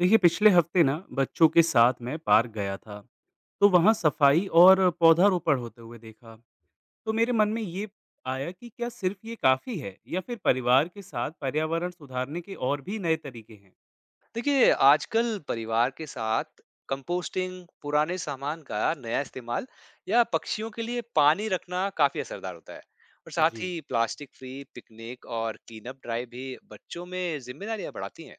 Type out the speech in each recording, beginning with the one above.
देखिए, पिछले हफ्ते ना बच्चों के साथ मैं पार्क गया था। तो वहाँ सफाई और पौधारोपण होते हुए देखा। तो मेरे मन में ये आया कि क्या सिर्फ ये काफी है, या फिर परिवार के साथ पर्यावरण सुधारने के और भी नए तरीके हैं। देखिए आजकल परिवार के साथ कंपोस्टिंग, पुराने सामान का नया इस्तेमाल या पक्षियों के लिए पानी रखना काफी असरदार होता है। और जी, साथ ही प्लास्टिक फ्री पिकनिक और क्लीनअप ड्राइव भी बच्चों में जिम्मेदारियां बढ़ाती हैं।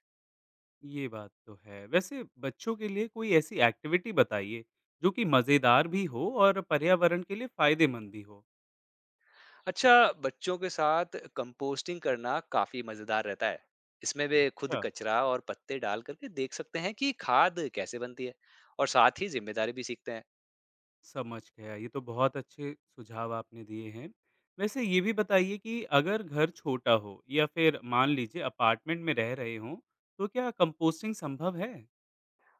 ये बात तो है। वैसे बच्चों के लिए कोई ऐसी एक्टिविटी बताइए जो कि मजेदार भी हो और पर्यावरण के लिए फायदेमंद भी हो। अच्छा, बच्चों के साथ कंपोस्टिंग करना काफी मजेदार रहता है। इसमें वे खुद अच्छा, कचरा और पत्ते डाल करके देख सकते हैं कि खाद कैसे बनती है और साथ ही जिम्मेदारी भी सीखते हैं। समझ गया, ये तो बहुत अच्छे सुझाव आपने दिए हैं। वैसे ये भी बताइए कि अगर घर छोटा हो या फिर मान लीजिए अपार्टमेंट में रह रहे हों, तो क्या कंपोस्टिंग संभव है?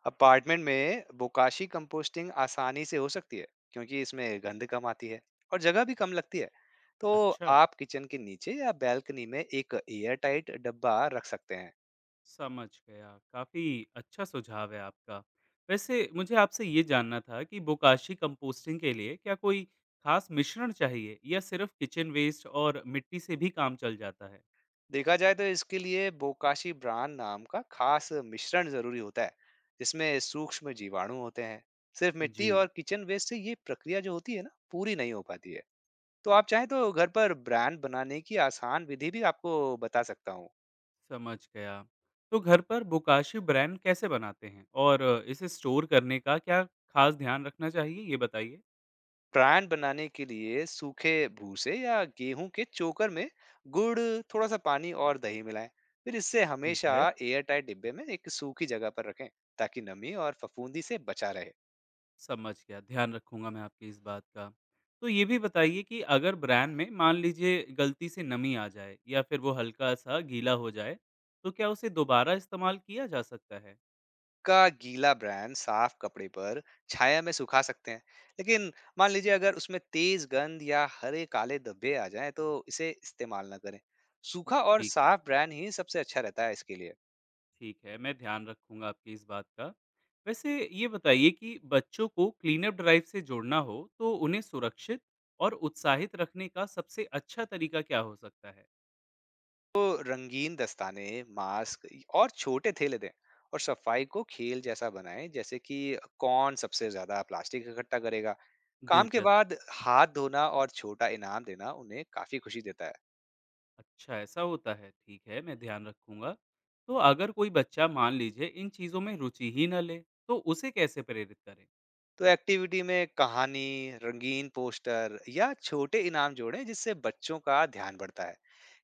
अपार्टमेंट में बोकाशी कंपोस्टिंग आसानी से हो सकती है क्योंकि इसमें गंध कम आती है और जगह भी कम लगती है। तो अच्छा, आप किचन के नीचे या बैल्कनी में एक एयर टाइट डब्बा रख सकते हैं। समझ गया, काफ़ी अच्छा सुझाव है आपका। वैसे मुझे आपसे ये जानना था कि बोकाशी कंपोस्टिंग के लिए क्या कोई खास मिश्रण चाहिए, या सिर्फ किचन वेस्ट और मिट्टी से भी काम चल जाता है? देखा जाए तो इसके लिए बोकाशी ब्रांड नाम का खास मिश्रण जरूरी होता है जिसमें सूक्ष्म जीवाणु होते हैं। सिर्फ जी। मिट्टी और किचन वेस्ट से ये प्रक्रिया जो होती है ना पूरी नहीं हो पाती है। तो आप चाहें तो घर पर ब्रांड बनाने की आसान विधि भी आपको बता सकता हूँ। समझ गया। तो घर पर बोकाशी ब्रांड कैसे बनाते हैं, और इसे स्टोर करने का क्या खास ध्यान रखना चाहिए, ये बताइए? ब्रांड बनाने के लिए सूखे भूसे या गेहूं के चोकर में गुड़, थोड़ा सा पानी और दही मिलाएं। फिर इससे ठीक हमेशा है, एयर टाइट डिब्बे में एक सूखी जगह पर रखें ताकि नमी और फफूंदी से बचा रहे। समझ गया। ध्यान रखूँगा मैं आपकी इस बात का। तो ये भी बताइए कि अगर ब्रांड में मान लीजिए गलती से नमी आ जाए या फिर वो हल्का-सा गीला हो जाए, तो क्या उसे दोबारा इस्तेमाल किया जा सकता है? का गीला ब्रांड साफ कपड़े पर छाया में सुखा सकते हैं, लेकिन मान लीजिए अगर उसमें तेज गंध या हरे काले धब्बे आ जाएं तो इसे इस्तेमाल ना करें। सूखा और ठीक है। साफ ब्रांड ही सबसे अच्छा रहता है इसके लिए। ठीक है, मैं ध्यान रखूँगा आपकी इस बात का। वैसे ये बताइए कि बच्चों को क्लीनअप ड्राइव से जोड़ना हो तो उन्हें सुरक्षित और उत्साहित रखने का सबसे अच्छा तरीका क्या हो सकता है? को रंगीन दस्ताने, मास्क और छोटे थैले दें और सफाई को खेल जैसा बनाएं, जैसे कि कौन सबसे ज्यादा प्लास्टिक इकट्ठा करेगा। काम के दिलचस्प। बाद हाथ धोना और छोटा इनाम देना उन्हें काफी खुशी देता है। अच्छा, ऐसा होता है। ठीक है, मैं ध्यान रखूँगा। तो अगर कोई बच्चा मान लीजिए इन चीज़ों में रुचि ही ना ले, तो उसे कैसे प्रेरित करें? तो एक्टिविटी में कहानी, रंगीन पोस्टर या छोटे इनाम जोड़ें जिससे बच्चों का ध्यान बढ़ता है।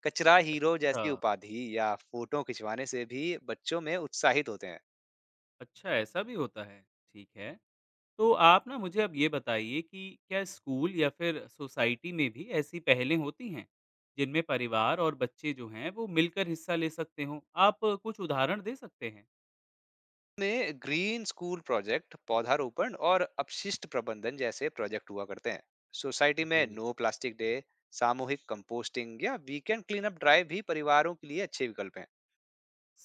कचरा हीरो अच्छा, जैसी उपाधि या फोटो खिंचवाने से भी बच्चों में उत्साहित होते हैं। अच्छा ऐसा भी होता है। ठीक है। तो आप ना मुझे अब ये बताइए कि क्या स्कूल या फिर सोसाइटी में भी ऐसी पहलें होती हैं जिनमें परिवार और बच्चे जो हैं वो मिलकर हिस्सा ले सकते हों? आप कुछ उदाहरण दे सकते हैं? में ग्रीन स्कूल प्रोजेक्ट पौधारोपण और अपशिष्ट प्रबंधन जैसे प्रोजेक्ट हुआ करते हैं। सोसाइटी में जी, नो प्लास्टिक डे, सामूहिक कंपोस्टिंग या वीकेंड क्लीनअप ड्राइव भी परिवारों के लिए अच्छे विकल्प हैं।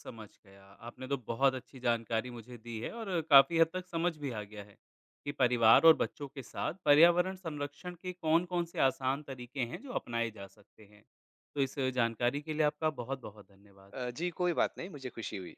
समझ गया, आपने तो बहुत अच्छी जानकारी मुझे दी है। और काफी हद तक समझ भी आ गया है कि परिवार और बच्चों के साथ पर्यावरण संरक्षण के कौन-कौन से आसान तरीके हैं जो अपनाए जा सकते हैं। तो इस जानकारी के लिए आपका बहुत-बहुत धन्यवाद। जी कोई बात नहीं, मुझे खुशी हुई।